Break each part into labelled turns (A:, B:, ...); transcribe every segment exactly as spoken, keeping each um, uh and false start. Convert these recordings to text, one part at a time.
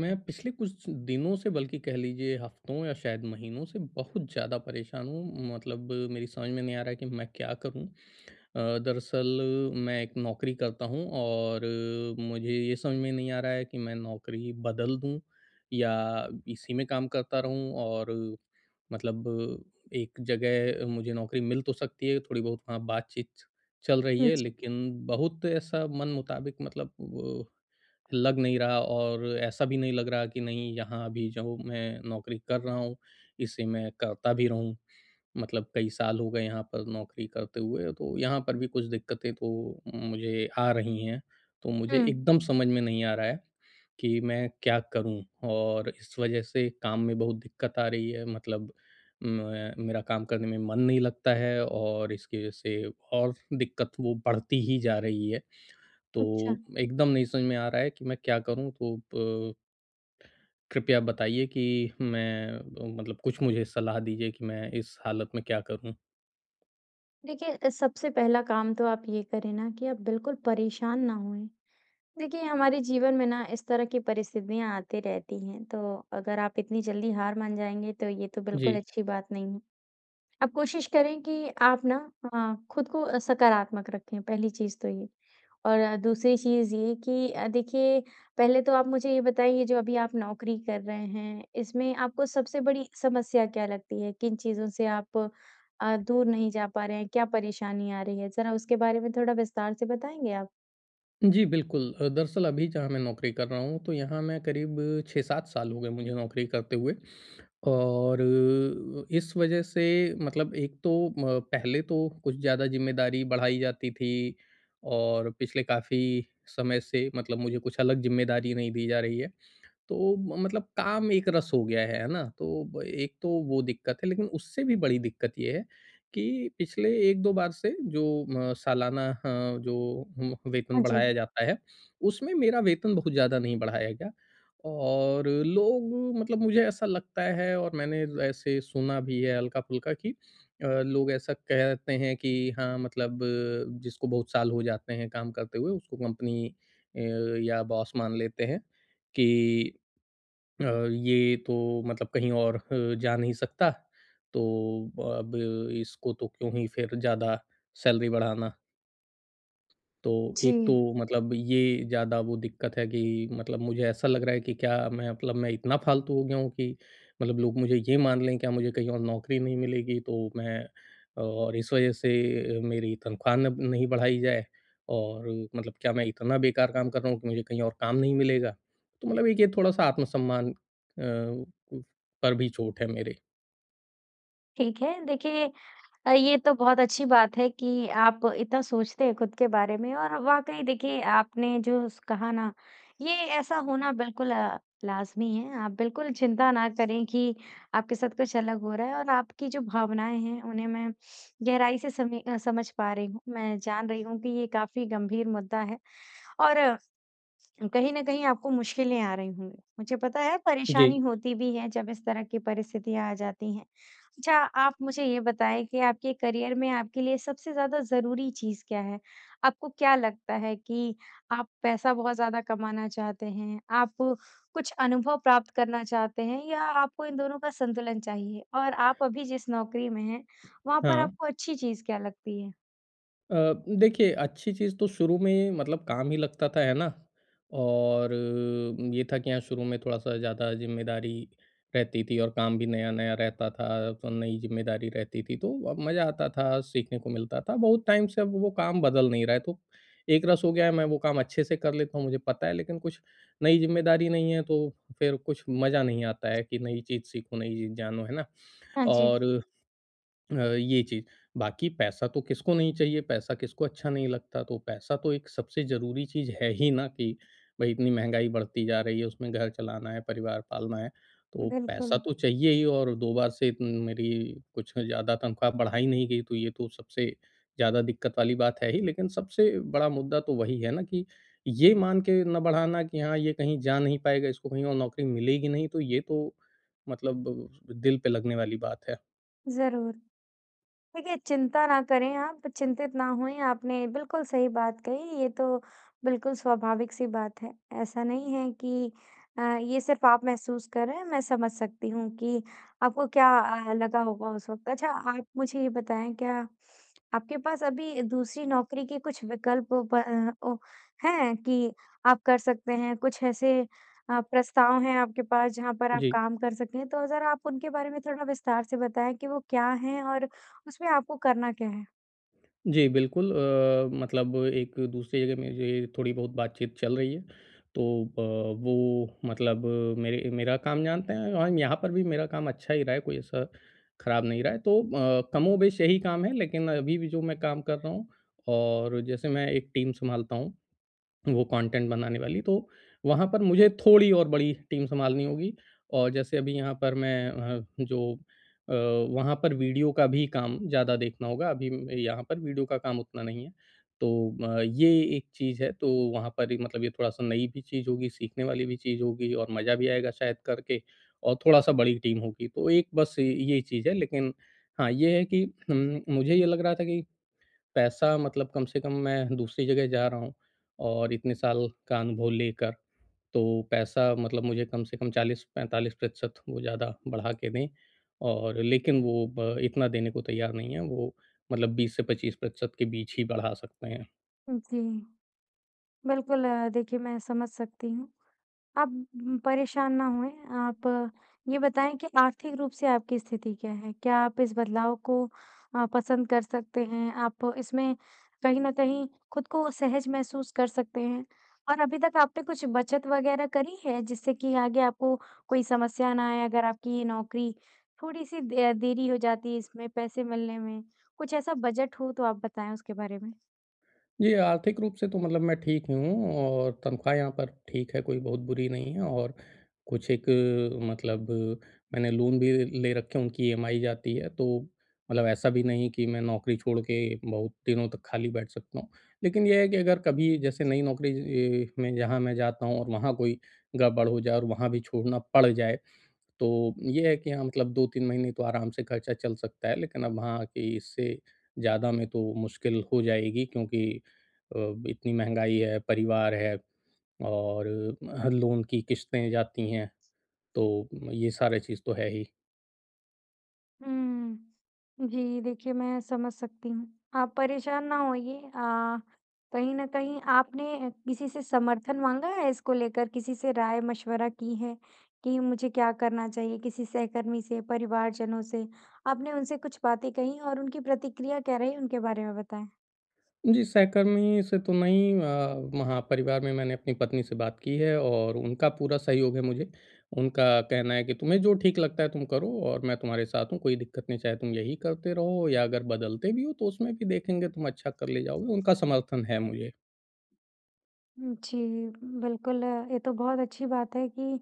A: मैं पिछले कुछ दिनों से बल्कि कह लीजिए हफ्तों या शायद महीनों से बहुत ज़्यादा परेशान हूँ मतलब मेरी समझ में नहीं आ रहा कि मैं क्या करूँ। अ, दरअसल मैं एक नौकरी करता हूँ और अ, मुझे ये समझ में नहीं आ रहा है कि मैं नौकरी बदल दूँ या इसी में काम करता रहूँ और अ, मतलब अ, एक जगह मुझे नौकरी मिल तो सकती है, थोड़ी बहुत वहाँ बातचीत चल रही
B: हुँ,
A: है,
B: जी।
A: लेकिन बहुत ऐसा मन मुताबिक मतलब लग नहीं रहा और ऐसा भी नहीं लग रहा कि नहीं यहाँ अभी जो मैं नौकरी कर रहा हूँ, इसे मैं करता भी रहूँ। मतलब कई साल हो गए यहाँ पर नौकरी करते हुए, तो यहाँ पर भी कुछ दिक्कतें तो मुझे आ रही हैं। तो मुझे
B: हुँ,
A: एकदम समझ में नहीं आ रहा है कि मैं क्या करूँ? और इस वजह से काम में बहुत दिक्कत आ रही है मतलब मैं मेरा काम करने में मन नहीं लगता है और इसकी वजह से और दिक्कत वो बढ़ती ही जा रही है। तो
B: अच्छा।
A: एकदम नहीं समझ में आ रहा है कि मैं क्या करूँ? तो प कृपया बताइए कि मैं अ, मतलब कुछ मुझे सलाह दीजिए कि मैं इस हालत में क्या करूँ?
B: देखिए अ, सबसे पहला काम तो आप ये करें ना कि आप बिल्कुल परेशान ना होएँ। देखिए हमारे जीवन में ना इस तरह की परिस्थितियाँ आती रहती हैं, तो अगर आप इतनी जल्दी हार मान जाएँगे तो ये तो
A: जी।
B: बिल्कुल अच्छी बात नहीं है। आप कोशिश करें कि आप ना अ, खुद को अ, सकारात्मक रखें, पहली चीज़ तो ये। और अ, दूसरी चीज़ ये कि अ, देखिए पहले तो आप मुझे ये बताइए जो अभी आप नौकरी कर रहे हैं, इसमें आपको सबसे बड़ी समस्या क्या लगती है? किन चीज़ों से आप अ, दूर नहीं जा पा रहे हैं? क्या परेशानी आ रही है? ज़रा उसके बारे में थोड़ा विस्तार से बताएँगे आप?
A: जी, बिल्कुल। अ, दरअसल अभी जहाँ मैं नौकरी कर रहा हूँ, तो यहाँ मैं करीब छह सात साल हो गए मुझे नौकरी करते हुए और अ, इस वजह से मतलब एक तो म पहले तो कुछ ज़्यादा ज़िम्मेदारी बढ़ाई जाती थी और पिछले काफ़ी समय से मतलब मुझे कुछ अलग ज़िम्मेदारी नहीं दी जा रही है। तो म मतलब काम एक रस हो गया है, है ना? तो ब एक तो वो दिक्कत है, लेकिन उससे भी बड़ी दिक्कत ये है कि पिछले एक दो बार से जो म सालाना अ, जो उम, वेतन
B: हाँ जी।
A: बढ़ाया जाता है, उसमें मेरा वेतन बहुत ज़्यादा नहीं बढ़ाया गया और लोग मतलब मुझे ऐसा लगता है और मैंने ऐसे सुना भी है हल्का-फुल्का कि अ, लोग ऐसा कहते हैं कि हाँ, मतलब अ, जिसको बहुत साल हो जाते हैं काम करते हुए, उसको कंपनी अ, या बॉस मान लेते हैं कि अ, ये तो मतलब कहीं और अ, जा नहीं सकता, तो अब इसको तो क्यों ही फिर ज़्यादा सैलरी बढ़ाना। तो एक तो
B: जी,
A: मतलब ये ज़्यादा वो दिक्कत है कि मतलब मुझे ऐसा लग रहा है कि क्या मैं मतलब मैं इतना फालतू हो गया हूँ कि मतलब लोग मुझे ये मान लें क्या मुझे कहीं और नौकरी नहीं मिलेगी तो मैं और इस वजह से मेरी तनख्वाह न नहीं बढ़ाई जाए और मतलब क्या मैं इतना बेकार काम कर रहा हूँ कि मुझे कहीं और काम नहीं मिलेगा। तो मतलब एक ये थोड़ा-सा आत्मसम्मान अ, पर भी चोट है मेरे।
B: ठीक है। देखिए अ, ये तो बहुत अच्छी बात है कि आप इतना सोचते हैं खुद के बारे में और वाक़ई देखिए आपने जो स कहा ना, ये ऐसा होना बिल्कुल अ, लाज़मी है। आप बिल्कुल चिंता ना करें कि आपके साथ कुछ अलग हो रहा है और आपकी जो भावनाएँ हैं, उन्हें मैं गहराई से समी अ, समझ पा रही हूँ। मैं जान रही हूँ कि ये काफ़ी गंभीर मुद्दा है और कहीं न कहीं आपको मुश्किलें आ रही होंगी। मुझे पता है
A: जी,
B: परेशानी होती भी है जब इस तरह की परिस्थितियाँ आ जाती हैं। अच्छा आप मुझे ये बताएँ कि आपके करियर में आपके लिए सबसे ज़्यादा ज़रूरी चीज़ क्या है? आपको क्या लगता है कि आप पैसा बहुत ज़्यादा कमाना चाहते हैं, आप कुछ अनुभव प्राप्त करना चाहते हैं या आपको इन दोनों का संतुलन चाहिए? और आप अभी जिस नौकरी में हैं, वहाँ पर
A: हाँ।
B: आपको अच्छी चीज़ क्या लगती है?
A: अ, देखिए अच्छी चीज़ तो शुरू में मतलब काम ही लगता था, है ना? और अ, ये था कि हाँ, शुरू में थोड़ा-सा ज़्यादा ज़िम्मेदारी रहती थी और काम भी नया-नया रहता था, तो नई ज़िम्मेदारी रहती थी, तो अब मज़ा आता था, सीखने को मिलता था। बहुत टाइम से अब वो काम बदल नहीं रहा है, तो एक रस हो गया है, मैं वो काम अच्छे से कर लेता हूँ, मुझे पता है, लेकिन कुछ नई ज़िम्मेदारी नहीं है, तो फिर कुछ मज़ा नहीं आता है कि नई चीज़ सीखो, नई चीज़ जानो, है ना?
B: हाँ जी,
A: और अ, ये चीज़। बाकी पैसा तो किसको नहीं चाहिए, पैसा किसको अच्छा नहीं लगता, तो पैसा तो एक सबसे ज़रूरी चीज़ है ही ना कि भई इतनी महँगाई बढ़ती जा रही है, उसमें घर चलाना है, परिवार पालना है, तो पैसा
B: बिल्कुल,
A: तो चाहिए ही और दो बार से उम, मेरी कुछ ज़्यादा तनख्वाह बढ़ाई नहीं गई, तो ये तो सबसे ज़्यादा दिक्कत वाली बात है ही। लेकिन सबसे बड़ा मुद्दा तो वही है ना कि ये मान के ना बढ़ाना कि हाँ, ये कहीं जा नहीं पाएगा, इसको कहीं और नौकरी मिलेगी नहीं, तो ये तो मतलब दिल पे लगने वाली बात है।
B: ज़रूर। देखिए, चिंता ना करें आप, चिंतित ना होएँ, आपने बिल्कुल सही बात कही, ये तो बिल्कुल स्वाभाविक-सी बात है। ऐसा नहीं है कि अ, ये सिर्फ़ आप महसूस कर रहे हैं, मैं समझ सकती हूँ कि आपको क्या अ, लगा होगा उस वक़्त। अच्छा, आप मुझे ये बताएँ, क्या आपके पास अभी दूसरी नौकरी के कुछ विकल्प ब अ, ओ हैं कि आप कर सकते हैं? कुछ ऐसे अ, प्रस्ताव हैं आपके पास, जहाँ पर आप
A: जी।
B: काम कर सकते हैं? तो ज़रा आप उनके बारे में थोड़ा विस्तार से बताएँ कि वो क्या हैं और उसमें आपको करना क्या है?
A: जी, बिल्कुल अ, मतलब एक-दूसरी जगह मेरी थोड़ी-बहुत बातचीत चल रही है। तो अ, वो मतलब मेरे मेरा काम जानते हैं और यहाँ पर भी मेरा काम अच्छा ही रहा है, कोई ऐसा खराब नहीं रहा है। तो अ, कमोबेश यही काम है, लेकिन अभी भी जो मैं काम कर रहा हूँ और जैसे मैं एक टीम सँभालता हूँ। वो कंटेंट बनाने वाली, तो वहाँ पर मुझे थोड़ी और बड़ी टीम सँभालनी होगी और जैसे अभी यहाँ पर मैं अ, जो अ, वहाँ पर वीडियो का भी काम ज़्यादा देखना होगा, अभी म यहाँ पर वीडियो का काम उतना नहीं है। तो अ, ये एक चीज़ है, तो वहाँ पर ही मतलब ये थोड़ा-सा नई भी चीज़ होगी, सीखने वाली भी चीज़ होगी और मज़ा भी आएगा शायद करके और थोड़ा-सा बड़ी टीम होगी। तो एक बस ये ये चीज़ है, लेकिन हाँ, ये है कि उम, मुझे ये लग रहा था कि पैसा मतलब कम से कम मैं दूसरी जगह जा रहा हूँ और इतने साल का अनुभव लेकर, तो पैसा मतलब मुझे कम से कम चालीस-पैंतालीस प्रतिशत वो ज़्यादा बढ़ा के दें और लेकिन वो ब इतना देने को तैयार नहीं है, वो मतलब बीस से पच्चीस प्रतिशत के बीच ही बढ़ा सकते हैं।
B: जी, बिल्कुल अ, देखिए मैं समझ सकती हूँ। आप उम, परेशान ना होएँ, आप अ, ये बताएँ कि आर्थिक रूप से आपकी स्थिति क्या है? क्या आप इस बदलाव को अ, पसंद कर सकते हैं? आप इसमें कहीं न कहीं खुद को सहज महसूस कर सकते हैं? और अभी तक आपने कुछ बचत वगैरह करी है जिससे कि आगे आपको कोई समस्या ना आए अगर आपकी ये नौकरी थोड़ी-सी दे देरी हो जाती है इसमें पैसे मिलने में? कुछ ऐसा बजट हो तो आप बताएँ उसके बारे में।
A: जी, आर्थिक रूप से तो मतलब मैं ठीक हूँ और तनख्वाह यहाँ पर ठीक है, कोई बहुत बुरी नहीं है और कुछ एक अ, मतलब मैंने लोन भी ले रखे हैं, उनकी ईएमआई जाती है, तो मतलब ऐसा भी नहीं कि मैं नौकरी छोड़ के बहुत दिनों तक खाली बैठ सकता हूँ। लेकिन ये है कि अगर कभी जैसे नई नौकरी ए, में जहाँ मैं जाता हूँ और वहाँ कोई गड़बड़ हो जाए और वहाँ भी छोड़ना पड़ जाए, तो ये है कि हाँ, मतलब दो तीन महीने तो आराम से खर्चा चल सकता है, लेकिन अब हाँ कि इससे ज़्यादा में तो मुश्किल हो जाएगी क्योंकि अ, इतनी महँगाई है, परिवार है और अ, लोन की किश्तें जाती हैं, तो ये सारा चीज़ तो है ही।
B: हुँ। जी, देखिए मैं समझ सकती हूँ। आप परेशान ना होइए अ, कहीं न कहीं आपने किसी से समर्थन माँगा है इसको लेकर? किसी से राय-मशवरा की है कि मुझे क्या करना चाहिए? किसी सहकर्मी से, परिवारजनों से? आपने उनसे कुछ बातें कहीं और उनकी प्रतिक्रिया क्या रही, उनके बारे में बताएँ?
A: जी, सहकर्मी से तो नहीं अ, महापरिवार में मैंने अपनी पत्नी से बात की है और उनका पूरा सहयोग है मुझे। उनका कहना है कि तुम्हें जो ठीक लगता है तुम करो और मैं तुम्हारे साथ हूँ, कोई दिक्कत नहीं चाहे तुम यही करते रहो या अगर बदलते भी हो तो उसमें भी देखेंगे तुम अच्छा कर ले जाओगे, उनका समर्थन है मुझे।
B: जी, बिल्कुल अ, ये तो बहुत अच्छी बात है कि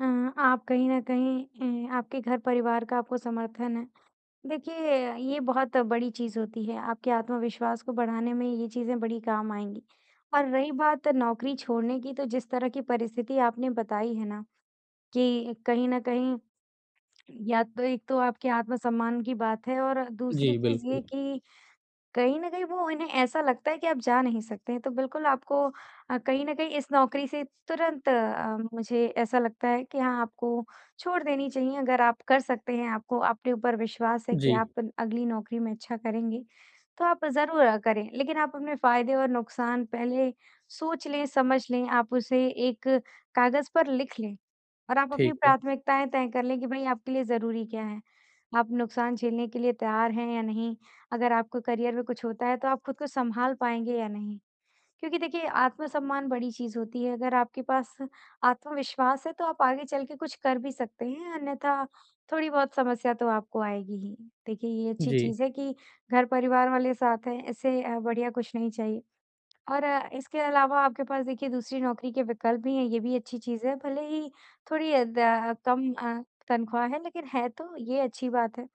B: अ, आप कहीं न कहीं अ, आपके घर परिवार का आपको समर्थन है। देखिए ये बहुत बड़ी चीज़ होती है, आपके आत्मविश्वास को बढ़ाने में ये चीज़ें बड़ी काम आएँगी। और रही बात नौकरी छोड़ने की तो जिस तरह की परिस्थिति आपने बताई है ना कि कहीं न कहीं या तो एक तो आपके आत्मसम्मान की बात है और दूसरी
A: जी,
B: चीज़
A: बिल्कुल।
B: ये कि कहीं न कहीं वो इन्हें ऐसा लगता है कि आप जा नहीं सकते हैं, तो बिल्कुल आपको अ, कहीं न कहीं इस नौकरी से तुरंत अ, मुझे ऐसा लगता है कि हाँ, आपको छोड़ देनी चाहिए अगर आप कर सकते हैं, आपको अपने ऊपर विश्वास है कि
A: जी,
B: आप अगली नौकरी में अच्छा करेंगे, तो आप ज़रूर अ, करें। लेकिन आप अपने फ़ायदे और नुकसान पहले सोच लें, समझ लें, आप उसे एक कागज़ पर लिख लें और आप अपनी
A: ठीक है।
B: प्राथमिकताएँ तय कर लें कि भई आपके लिए ज़रूरी क्या है? आप नुकसान झेलने के लिए तैयार हैं या नहीं? अगर आपको करियर में कुछ होता है तो आप खुद को सँभाल पाएँगे या नहीं? क्योंकि देखिए आत्मसम्मान बड़ी चीज़ होती है, अगर आपके पास आत्मविश्वास है तो आप आगे चल के कुछ कर भी सकते हैं, अन्यथा थोड़ी बहुत समस्या तो आपको आएगी ही। देखिए ये अच्छी
A: जी,
B: चीज़ है कि घर परिवार वाले साथ हैं, इससे अ, बढ़िया कुछ नहीं चाहिए। और अ, इसके अलावा आपके पास देखिए दूसरी नौकरी के विकल्प भी हैं, ये भी अच्छी चीज़ है। भले ही थोड़ी अ, द कम अ, तनख्वाह है लेकिन है तो ये अच्छी बात है।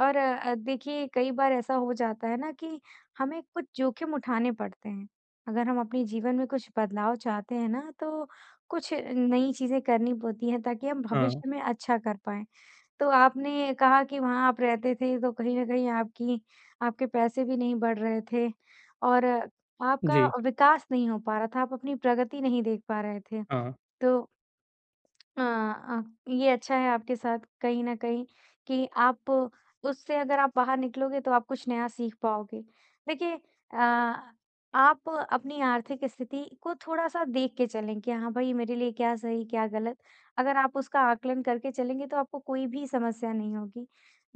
B: और अ, देखिए कई बार ऐसा हो जाता है ना कि हमें कुछ जोखिम उठाने पड़ते हैं। अगर हम अपने जीवन में कुछ बदलाव चाहते हैं ना तो कुछ नई चीज़ें करनी पड़ती हैं ताकि हम
A: हाँ।
B: भविष्य में अच्छा कर पाएँ। तो आपने कहा कि वहाँ आप रहते थे तो कहीं न कहीं आपकी आपके पैसे भी नहीं बढ़ रहे थे और आपका
A: जी,
B: विकास नहीं हो पा रहा था, आप अपनी प्रगति नहीं देख पा रहे थे।
A: हाँ।
B: तो अ अ, ये अच्छा है आपके साथ कहीं न कहीं कि आप उससे अगर आप बाहर निकलोगे तो आप कुछ नया सीख पाओगे। देखिए अ, आप अपनी आर्थिक स्थिति को थोड़ा-सा देख के चलें कि हाँ भाई मेरे लिए क्या सही, क्या गलत। अगर आप उसका आकलन करके चलेंगे तो आपको कोई भी समस्या नहीं होगी।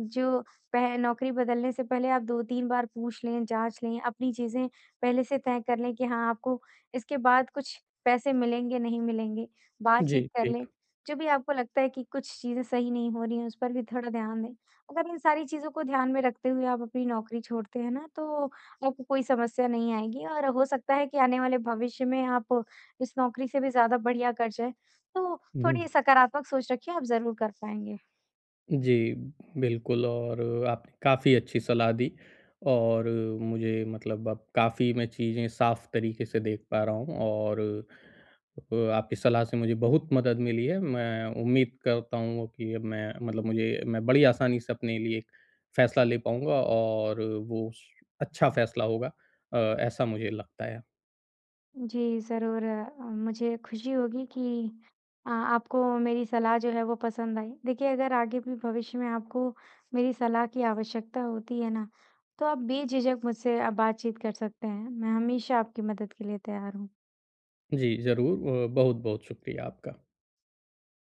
B: जो पह नौकरी बदलने से पहले आप दो तीन बार पूछ लें, जाँच लें, अपनी चीज़ें पहले से तय कर लें कि हाँ आपको इसके बाद कुछ पैसे मिलेंगे, नहीं मिलेंगे,
A: जी,
B: बातचीत कर लें।
A: ठीक।
B: जो भी आपको लगता है कि कुछ चीज़ें सही नहीं हो रही हैं, उस पर भी थोड़ा ध्यान दें। अगर इन सारी चीज़ों को ध्यान में रखते हुए आप अपनी नौकरी छोड़ते हैं ना, तो आपको कोई समस्या नहीं आएगी और हो सकता है कि आने वाले भविष्य में आप इस नौकरी से भी ज़्यादा बढ़िया कर जाएँ। तो
A: हुँ।
B: थोड़ी सकारात्मक सोच रखिए, आप ज़रूर कर पाएँगे।
A: जी, बिल्कुल और आपने काफ़ी अच्छी सलाह दी और मुझे मतलब अब काफ़ी मैं चीज़ें साफ़ तरीके से देख पा रहा हूँ और अ, आपकी सलाह से मुझे बहुत मदद मिली है। मैं उम्मीद करता हूँ कि अब मैं मतलब मुझे मैं बड़ी आसानी से अपने लिए एक फ़ैसला ले पाऊँगा और वो स अच्छा फ़ैसला होगा। अ, ऐसा मुझे लगता है।
B: जी, ज़रूर अ, मुझे खुशी होगी कि अ, आपको मेरी सलाह जो है वो पसंद आई। देखिए, अगर आगे भी भविष्य में आपको मेरी सलाह की आवश्यकता होती है ना, तो आप बेझिझक मुझसे अ, बातचीत कर सकते हैं। मैं हमेशा आपकी मदद के लिए तैयार हूँ।
A: जी, ज़रूर अ, बहुत-बहुत शुक्रिया आपका।